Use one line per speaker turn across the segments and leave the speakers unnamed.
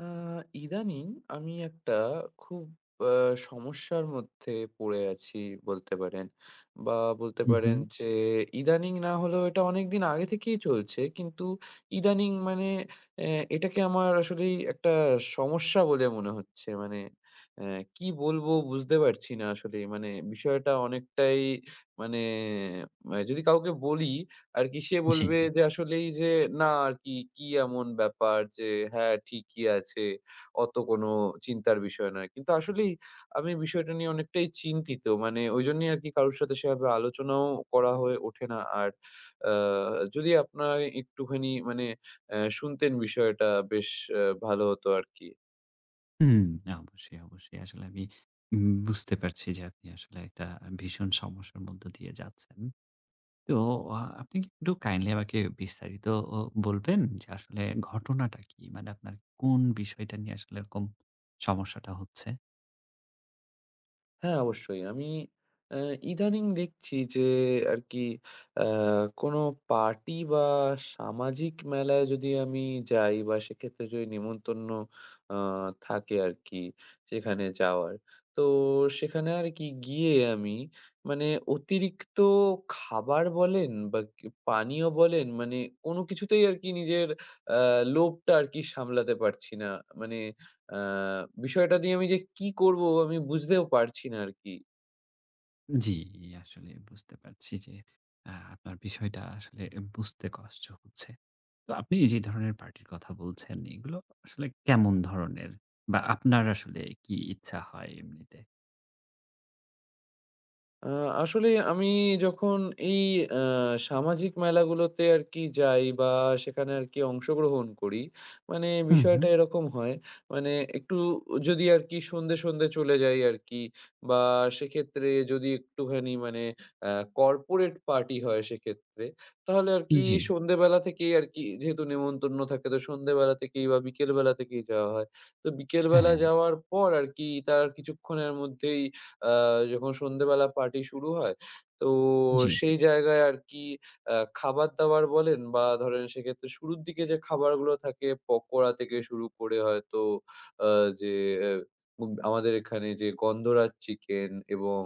আ ইদানিং আমি একটা খুব আ সমস্যার মধ্যে পড়ে আছি বলতে পারেন। বা বলতে
হু, হু।
পারেন যে ইদানিং না হলেও এটা অনেকদিন আগে থেকেই চলছে। কিন্তু ইদানিং মানে এ এটাকে আমার আসলেই একটা সমস্যা বলে মনে হচ্ছে। মানে এ কি বলবো বুঝতে পারছি না আসলে। মানে বিষয়টা অনেকটাই মানে মানে যদি কাউকে বলি আরকি, সে
জি।
বলবে যে আসলেই যে, না আরকি কি কি এমন ব্যাপার যে, হ্যাঁ, ঠিকই আছে। অত কোনো চিন্তার বিষয় নয়। কিন্তু আসলেই আমি বিষয়টা নিয়ে অনেকটাই চিন্তিত। মানে ওইজন্যই আরকি কারোর সাথে সেভাবে আলোচনাও করা হয়ে ওঠে না। আর আ যদি আপনার একটুখানি মানে শুনতেন বিষয়টা বেশ ভালো হতো আরকি।
হুম, না, অবশ্যই, অবশ্যই। আসলে আমি বুঝতে পারছি যে আপনি আসলে একটা ভীষণ সমস্যার মধ্য দিয়ে যাচ্ছেন। তো আপনি কি একটু কাইন্ডলি আমাকে বিস্তারিত অ বলবেন যে আসলে ঘটনাটা কি? মানে আপনার কোন বিষয়টা নিয়ে আসলে এরকম সমস্যাটা হচ্ছে?
হ্যাঁ, অবশ্যই। আমি অ্যা ইদানিং দেখছি যে আরকি অ্যা কোনো পার্টি বা সামাজিক মেলায় যদি আমি যাই, বা সেক্ষেত্রে যদি নিমন্ত্রণ আ থাকে আরকি সেখানে যাওয়ার। তো সেখানে আরকি গিয়ে আমি মানে অতিরিক্ত খাবার বলেন বা কি পানীয় বলেন, মানে কোনো কিছুতেই আরকি নিজের অ্যা লোভটা আরকি সামলাতে পারছি না। মানে, আ বিষয়টা নিয়ে আমি যে কি করব আমি বুঝতেও পারছি না আরকি।
জি, আসলে বুঝতে পারছি যে আপনার বিষয়টা আসলে বুঝতে কষ্ট হচ্ছে। তো আপনি যে ধরনের পার্টির কথা বলছেন, এগুলো আসলে কেমন ধরনের? বা আপনার আসলে কি ইচ্ছা হয় এমনিতে?
আ আসলে আমি যখন এই আ সামাজিক মেলাগুলোতে আরকি যাই বা সেখানে আরকি অংশগ্রহণ করি, মানে
হুম, হুম।
বিষয়টা এরকম হয়, মানে একটু যদি আরকি সন্ধ্যে, সন্ধ্যে চলে যাই আরকি, বা সেক্ষেত্রে যদি একটুখানি মানে আ কর্পোরেট পার্টি হয় সেক্ষেত্রে, তাহলে আরকি
জি।
সন্ধ্যেবেলা থেকেই আরকি যেহেতু নেমন্তন্ন থাকে, তো সন্ধ্যেবেলা থেকেই বা বিকেলবেলা থেকেই যাওয়া হয়। তো বিকেলবেলা
হ্যাঁ,
যাওয়ার পর আরকি তার কিছুক্ষণের মধ্যেই, আ যখন সন্ধ্যেবেলা পার্টি শুরু হয়, তো
জি।
সেই জায়গায় আরকি খাবার-দাবার বলেন, বা ধরেন সেক্ষেত্রে শুরুর দিকে যে খাবারগুলো থাকে, পকোড়া থেকে শুরু করে হয়তো আ যে এ আমাদের এখানে যে গন্ধরাজ চিকেন, এবং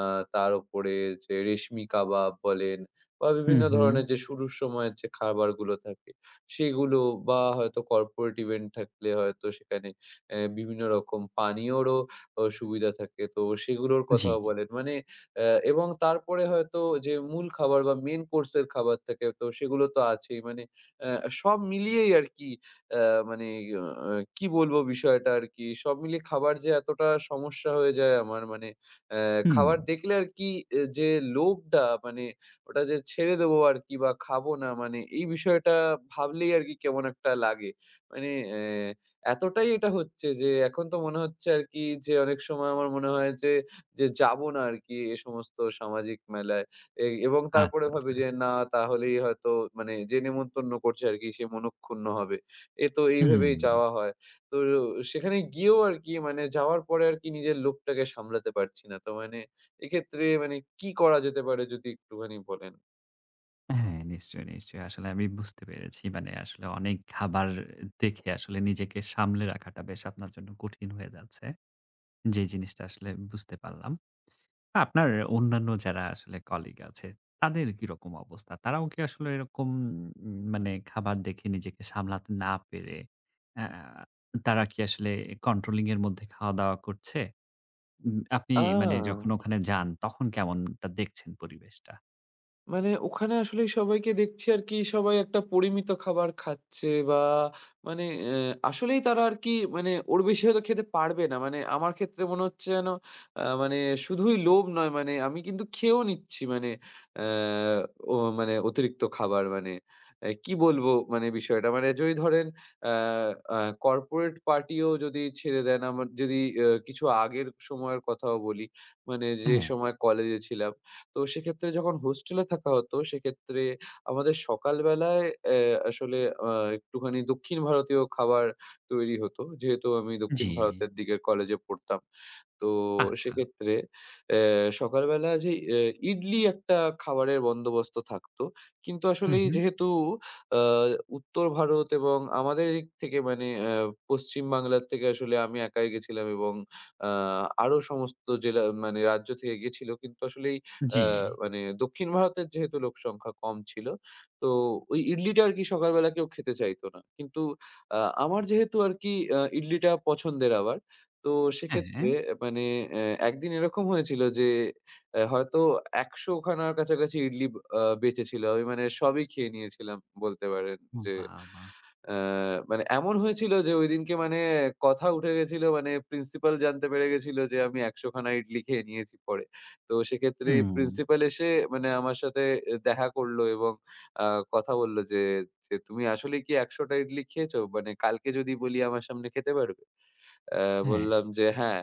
আ তার উপরে যে রেশমি কাবাব বলেন, বা
হুম,
বিভিন্ন
হুম।
ধরনের যে শুরুর সময়ের যে খাবারগুলো থাকে সেগুলো, বা হয়তো কর্পোরেট ইভেন্ট থাকলে হয়তো সেখানে বিভিন্ন রকম পানীয়রও সুবিধা থাকে। তো সেগুলোর
জি।
কথাও বলেন। মানে, এবং তারপরে হয়তো যে মূল খাবার বা মেইন কোর্স এর খাবার থাকে, তো সেগুলো তো আছেই। মানে সব মিলিয়েই আরকি, অ্যা মানে অ কি বলবো বিষয়টা আরকি। সব মিলিয়ে খাবার যে এতটা সমস্যা হয়ে যায় আমার, মানে অ্যা
হুম।
খাবার দেখলে আরকি, যে লোভটা, মানে ওটা যে ছেড়ে দেবো আরকি বা খাবো না, মানে এই বিষয়টা ভাবলেই আরকি কেমন একটা লাগে। মানে এতটাই এটা হচ্ছে যে এখন তো মনে হচ্ছে আরকি, যে অনেক সময় আমার মনে হয় যে, যাবো না আরকি সমস্ত সামাজিক মেলায়। এবং তারপরে
আচ্ছা, আচ্ছা।
ভাবি যে, না, তাহলেই হয়তো মানে যে নেমন্তন্ন করছে আরকি সে মনঃক্ষুণ্ণ হবে। তো এই
হুম।
ভেবেই যাওয়া হয়। তো সেখানে গিয়েও আরকি, মানে যাওয়ার পরে আরকি নিজের লোভটাকে সামলাতে পারছি না। তো মানে এক্ষেত্রে মানে কি করা যেতে পারে যদি একটুখানি বলেন?
হ্যাঁ, নিশ্চয়ই, নিশ্চয়ই। আসলে আমি বুঝতে পেরেছি। মানে আসলে অনেক খাবার দেখে আসলে নিজেকে সামলে রাখাটা বেশ আপনার জন্য কঠিন হয়ে যাচ্ছে। যে জিনিসটা আসলে বুঝতে পারলাম। আপনার অন্যান্য যারা আসলে কলিগ আছে, তাদের কিরকম অবস্থা? তারাও কি আসলে এরকম মানে খাবার দেখে নিজেকে সামলাতে না পেরে, আ তারা কি আসলে কন্ট্রোলিং এর মধ্যে খাওয়া-দাওয়া করছে? আপনি
আ
মানে যখন ওখানে যান তখন কেমনটা দেখছেন পরিবেশটা?
মানে ওখানে আসলেই সবাইকে দেখছি আরকি, সবাই একটা পরিমিত খাবার খাচ্ছে, বা মানে আসলেই তারা আরকি মানে ওর বেশি হয়তো খেতে পারবে না। মানে আমার ক্ষেত্রে মনে হচ্ছে যেন, মানে শুধুই লোভ নয়, মানে আমি কিন্তু খেয়েও নিচ্ছি, মানে অ্যা ও মানে অতিরিক্ত খাবার, মানে কি বলবো মানে বিষয়টা? মানে যদি ধরেন, অ্যা আ কর্পোরেট পার্টিও যদি ছেড়ে দেন, আমার যদি কিছু আগের সময়ের কথাও বলি, মানে যে
হ্যাঁ,
সময় কলেজে ছিলাম। তো সেক্ষেত্রে যখন হোস্টেলে থাকা হতো, সেক্ষেত্রে আমাদের সকালবেলায় আসলে আ একটুখানি দক্ষিণ ভারতীয় খাবার তৈরি হতো। যেহেতু আমি দক্ষিণ
জি।
ভারতের দিকের কলেজে পড়তাম। তো
আচ্ছা।
সেক্ষেত্রে সকালবেলা যে ইডলি একটা খাবারের বন্দোবস্ত থাকতো। কিন্তু
হু,
আসলেই
হু।
যেহেতু আ উত্তর ভারত এবং আমাদের এদিক থেকে, মানে পশ্চিম বাংলার থেকে আসলে আমি একাই গেছিলাম, এবং আ আরো সমস্ত জেলা, মানে রাজ্য থেকে গেছিল। কিন্তু আসলেই
জি।
মানে দক্ষিণ ভারতের যেহেতু লোক সংখ্যা কম ছিল, তো ওই ইডলিটা আর কি সকালবেলা কেউ খেতে চাইতো না। কিন্তু আ আমার যেহেতু আর কি ইডলিটা পছন্দের আবার। তো
হ্যাঁ।
সেক্ষেত্রে মানে, এ একদিন এরকম হয়েছিল যে, হয়তো ১০০ খানার কাছাকাছি ইডলি বেঁচেছিল। আমি মানে সবই খেয়ে নিয়েছিলাম বলতে পারেন। যে,
বাহ! বাহ!
আ মানে এমন হয়েছিল যে ঐদিনকে, মানে কথা উঠে গেছিল, মানে প্রিন্সিপাল জানতে পেরে গেছিল যে আমি ১০০ খানা ইডলি খেয়ে নিয়েছি পরে। তো সেক্ষেত্রে
হুম।
প্রিন্সিপাল এসে মানে আমার সাথে দেখা করল এবং আ কথা বলল যে, "তুমি আসলেই কি ১০০ টা ইডলি খেয়েছো? মানে কালকে যদি বলি আমার সামনে খেতে পারবে?" আ
হ্যাঁ,
বললাম যে, "হ্যাঁ।"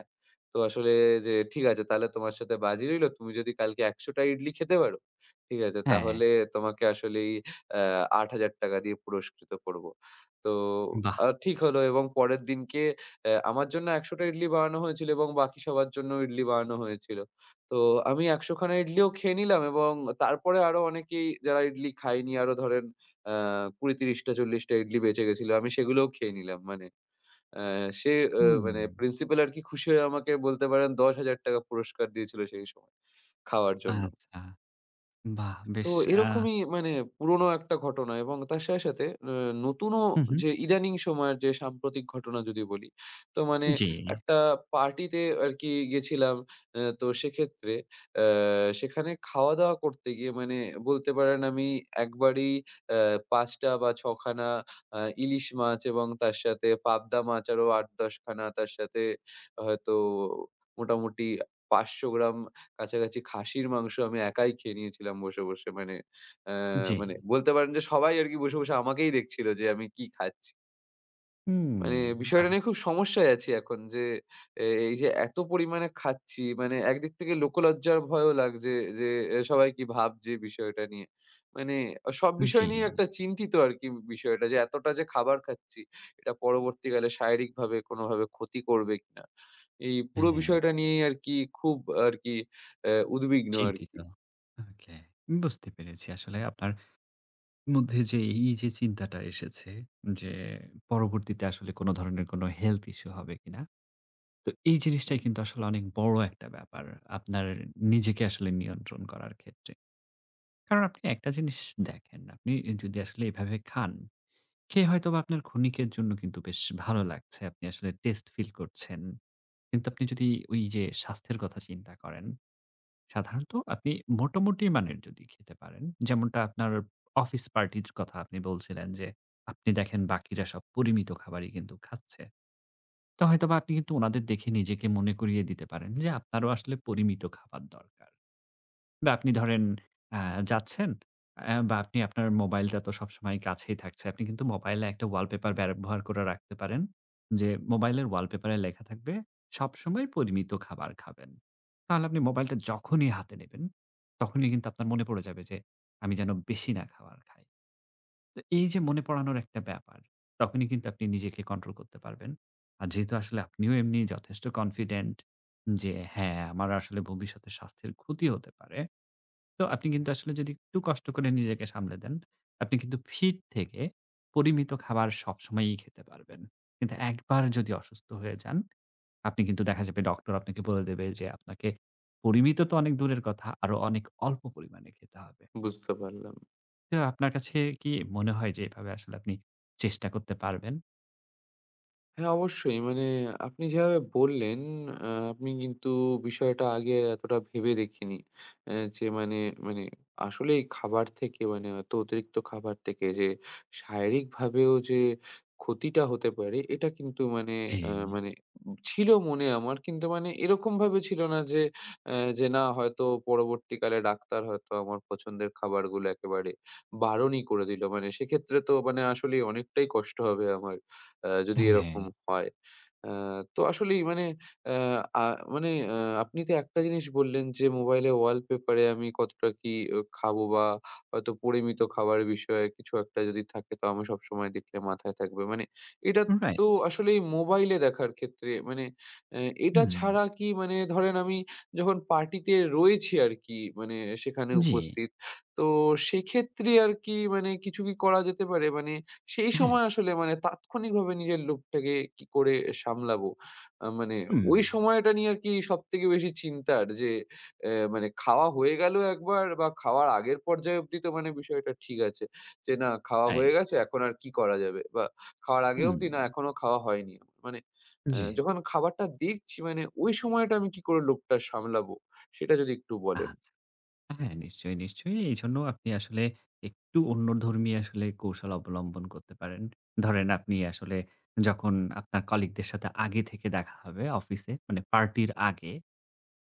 তো আসলে, "যে ঠিক আছে, তাহলে তোমার সাথে বাজি রইলো। তুমি যদি কালকে ১০০ টা ইডলি খেতে পারো, ঠিক আছে?
হ্যাঁ।
তাহলে তোমাকে আসলেই আ ৳৮,০০০ দিয়ে পুরস্কৃত করব।" তো
বাহ!
ঠিক হলো, এবং পরের দিনকে আমার জন্য ১০০ টা ইডলি বানানো হয়েছিল, এবং বাকি সবার জন্য ইডলি বানানো হয়েছিল। তো আমি ১০০ খানা ইডলিও খেয়ে নিলাম, এবং তারপরে আরো অনেকেই যারা ইডলি খায়নি, আরো ধরেন আ ২০, ৩০ টা ৪০ টা ইডলি বেঁচে গেছিল। আমি সেগুলোও খেয়ে নিলাম। মানে অ্যা সে,
হুম।
মানে প্রিন্সিপাল আরকি খুশি হয়ে আমাকে বলতে পারেন ৳১০,০০০ পুরস্কার দিয়েছিল সেই সময় খাওয়ার জন্য।
আচ্ছা। বাহ!
তো
বেশ আ
এরকমই মানে পুরোনো একটা ঘটনা, এবং তার সাথে, সাথে আ নতুনও,
হু, হু।
যে ইদানিং সময়ের যে সাম্প্রতিক ঘটনা যদি বলি, তো মানে
জি,
একটা পার্টিতে আরকি গেছিলাম। তো সেক্ষেত্রে আ সেখানে খাওয়া-দাওয়া করতে গিয়ে, মানে বলতে পারেন আমি একবারেই আ ৫ টা বা ৬ খানা ইলিশ মাছ, এবং তার সাথে পাবদা মাছ আরো ৮-১০ খানা। তার সাথে হয়তো মোটামুটি ৫০০ গ্রাম কাছাকাছি খাসির মাংস আমি একাই খেয়ে নিয়েছিলাম বসে, বসে। মানে অ্যা
জি।
মানে বলতে পারেন যে সবাই আরকি বসে, বসে আমাকেই দেখছিল যে আমি কি খাচ্ছি।
হুম।
মানে বিষয়টা
বাহ!
নিয়ে খুব সমস্যায় আছি এখন যে, এই যে এত পরিমাণে খাচ্ছি, মানে একদিক থেকে লোকলজ্জার ভয়ও লাগছে যে সবাই কি ভাবছে বিষয়টা নিয়ে। মানে সব
জি।
বিষয় নিয়ে একটা চিন্তিত আরকি, বিষয়টা যে এতটা যে খাবার খাচ্ছি এটা পরবর্তীকালে শারীরিকভাবে কোনোভাবে ক্ষতি করবে কিনা। এই পুরো
হ্যাঁ,
বিষয়টা নিয়েই আরকি খুব আরকি উদ্বিগ্ন
চিন্তিত।
আরকি।
ওকে। বুঝতে পেরেছি আসলে আপনার মধ্যে যে এই যে চিন্তাটা এসেছে যে পরবর্তীতে আসলে কোন ধরনের কোন হেলথ ইস্যু হবে কিনা? তো এই জিনিসটাই কিন্তু আসলে অনেক বড় একটা ব্যাপার। আপনার নিজেকে আসলে নিয়ন্ত্রণ করার ক্ষেত্রে। কারণ আপনি একটা জিনিস দেখেন, আপনি যদি আসলে এভাবে খান, খেয়ে হয়তোবা আপনার ক্ষণিকের জন্য কিন্তু বেশ ভালো লাগছে। আপনি আসলে টেস্ট ফিল করছেন। কিন্তু আপনি যদি ওই যে স্বাস্থ্যের কথা চিন্তা করেন, সাধারণত আপনি মোটামুটি মানের যদি খেতে পারেন, যেমনটা আপনার অফিস পার্টির কথা আপনি বলছিলেন যে, আপনি দেখেন বাকিরা সব পরিমিত খাবারই কিন্তু খাচ্ছে। তো হয়তোবা আপনি কিন্তু উনাদের দেখে নিজেকে মনে করিয়ে দিতে পারেন যে আপনারও আসলে পরিমিত খাবার দরকার। বা আপনি ধরেন আ যাচ্ছেন বা আপনি আপনার মোবাইলটা তো সবসময় কাছেই থাকছে। আপনি কিন্তু মোবাইলে একটা ওয়ালপেপার ব্যবহার করে রাখতে পারেন। যে মোবাইলের ওয়ালপেপারে লেখা থাকবে, "সবসময় পরিমিত খাবার খাবেন।" তাহলে আপনি মোবাইলটা যখনই হাতে নেবেন, তখনই কিন্তু আপনার মনে পড়ে যাবে যে আমি যেন বেশি না খাবার খাই। তো এই যে মনে পড়ানোর একটা ব্যাপার, তখনই কিন্তু আপনি নিজেকে কন্ট্রোল করতে পারবেন। আর যেহেতু আসলে আপনিও এমনি যথেষ্ট কনফিডেন্ট যে হ্যাঁ, আমার আসলে ভবিষ্যতে স্বাস্থ্যের ক্ষতি হতে পারে। তো আপনি কিন্তু আসলে যদি একটু কষ্ট করে নিজেকে সামলে দেন, আপনি কিন্তু ফিট থেকে পরিমিত খাবার সবসময়ই খেতে পারবেন। কিন্তু একবার যদি অসুস্থ হয়ে যান, আপনি কিন্তু দেখা যাবে ডক্টর আপনাকে বলে দেবে যে আপনাকে পরিমিত তো অনেক দূরের কথা, আরো অনেক অল্প পরিমাণে খেতে হবে।
বুঝতে পারলাম।
তো আপনার কাছে কি মনে হয় যে এভাবে আসলে আপনি চেষ্টা করতে পারবেন?
হ্যাঁ, অবশ্যই। মানে আপনি যেভাবে বললেন, আপনি কিন্তু বিষয়টা আগে এতটা ভেবে দেখিনি। যে মানে, মানে আসলেই খাবার থেকে, মানে এত অতিরিক্ত খাবার থেকে যে শারীরিকভাবেও যে ক্ষতিটা হতে পারে, এটা কিন্তু মানে,
জি।
মানে ছিল মনে আমার। কিন্তু মানে এরকমভাবে ছিল না যে, যে না, হয়তো পরবর্তীকালে ডাক্তার হয়তো আমার পছন্দের খাবারগুলো একেবারে বারণই করে দিল। মানে সেক্ষেত্রে তো মানে আসলেই অনেকটাই কষ্ট হবে আমার। যদি
হ্যাঁ।
এরকম হয়। আ তো আসলেই মানে, আ আ মানে, আ আপনি তো একটা জিনিস বললেন যে, মোবাইলে ওয়ালপেপারে আমি কতটা কি খাবো, বা হয়তো পরিমিত খাবার বিষয়ে কিছু একটা যদি থাকে, তো আমি সবসময় দেখলে মাথায় থাকবে। মানে এটা তো
রাইট।
আসলেই মোবাইলে দেখার ক্ষেত্রে মানে, অ্যা এটা
হুম।
ছাড়া কি মানে, ধরেন আমি যখন পার্টিতে রয়েছি আরকি, মানে সেখানে
জি।
উপস্থিত, তো সেক্ষেত্রে আর কি মানে কিছু কি করা যেতে পারে? মানে সেই
হ্যাঁ।
সময় আসলে মানে তাৎক্ষণিকভাবে নিজের লোভটাকে কি করে সামলাবো? মানে
হুম।
ওই সময়টা নিয়ে আরকি সবথেকে বেশি চিন্তার, যে মানে খাওয়া হয়ে গেল একবার বা খাওয়ার আগের পর্যায়ে অবধি, তো মানে বিষয়টা ঠিক আছে। যে না, খাওয়া হয়ে
রাইট।
গেছে, এখন আর কি করা যাবে? বা খাওয়ার আগে
হুম।
অবধি, না এখনো খাওয়া হয়নি আমার। মানে
জি।
যখন খাবারটা দেখছি, মানে ওই সময়টা আমি কি করে লোভটা সামলাবো? সেটা যদি একটু বলেন।
আচ্ছা। হ্যাঁ, নিশ্চয়ই, নিশ্চয়ই। এইজন্য আপনি আসলে একটু অন্যধর্মী আসলে কৌশল অবলম্বন করতে পারেন। ধরেন আপনি আসলে যখন আপনার কলিগদের সাথে আগে থেকে দেখা হবে অফিসে, মানে পার্টির আগে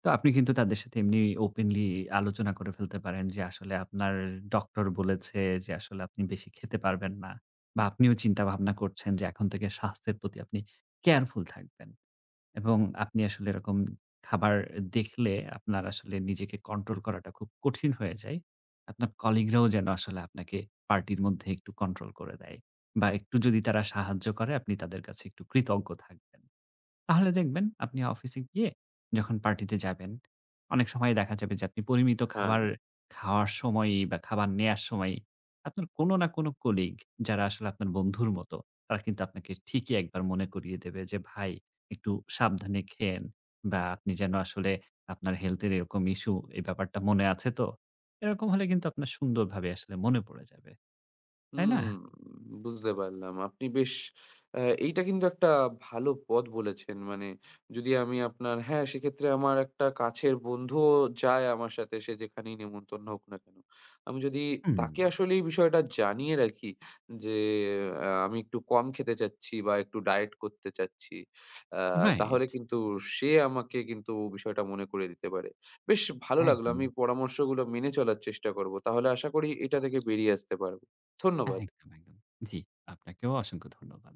তো আপনি কিন্তু তাদের সাথে এমনি ওপেনলি আলোচনা করে ফেলতে পারেন যে আসলে আপনার ডক্টর বলেছে যে আসলে আপনি বেশি খেতে পারবেন না। বা আপনিও চিন্তা ভাবনা করছেন যে এখন থেকে স্বাস্থ্যের প্রতি আপনি কেয়ারফুল থাকবেন। এবং আপনি আসলে এরকম খাবার দেখলে আপনার আসলে নিজেকে কন্ট্রোল করাটা খুব কঠিন হয়ে যায়। আপনার কলিগরাও যেন আসলে আপনাকে পার্টির মধ্যে একটু কন্ট্রোল করে দেয়। বা একটু যদি তারা সাহায্য করে আপনি তাদের কাছে একটু কৃতজ্ঞ থাকবেন। তাহলে দেখবেন আপনি অফিসে গিয়ে যখন পার্টিতে যাবেন, অনেক সময় দেখা যাবে যে আপনি পরিমিত
হ্যাঁ।
খাবার খাওয়ার সময়ই বা খাবার নেয়ার সময়ই আপনার কোনো না কোনো কলিগ যারা আসলে আপনার বন্ধুর মতো, তারা কিন্তু আপনাকে ঠিকই একবার মনে করিয়ে দেবে যে, "ভাই একটু সাবধানে খেয়েন" বা আপনি যেন আসলে আপনার হেলথ এর এরকম ইস্যু এই ব্যাপারটা মনে আছে তো? এরকম হলে কিন্তু আপনার সুন্দরভাবে আসলে মনে পড়ে যাবে। তাই না?
হুম, বুঝতে পারলাম। আপনি বেশ এইটা কিন্তু একটা ভালো পথ বলেছেন। মানে যদি আমি আপনার, হ্যাঁ, সেক্ষেত্রে আমার একটা কাছের বন্ধুও যায় আমার সাথে, সে যেখানেই নেমন্তন্ন হোক না কেন। আমি যদি
হুম।
তাকে আসলে এই বিষয়টা জানিয়ে রাখি যে, আমি একটু কম খেতে চাচ্ছি বা একটু ডায়েট করতে চাচ্ছি, আ
রাইট,
তাহলে কিন্তু সে আমাকে কিন্তু বিষয়টা মনে করিয়ে দিতে পারে। বেশ ভালো লাগলো।
একদম।
আমি পরামর্শগুলো মেনে চলার চেষ্টা করব। তাহলে আশা করি এটা থেকে বেরিয়ে আসতে পারব। ধন্যবাদ।
একদম, একদম। জি, আপনাকেও অসংখ্য ধন্যবাদ।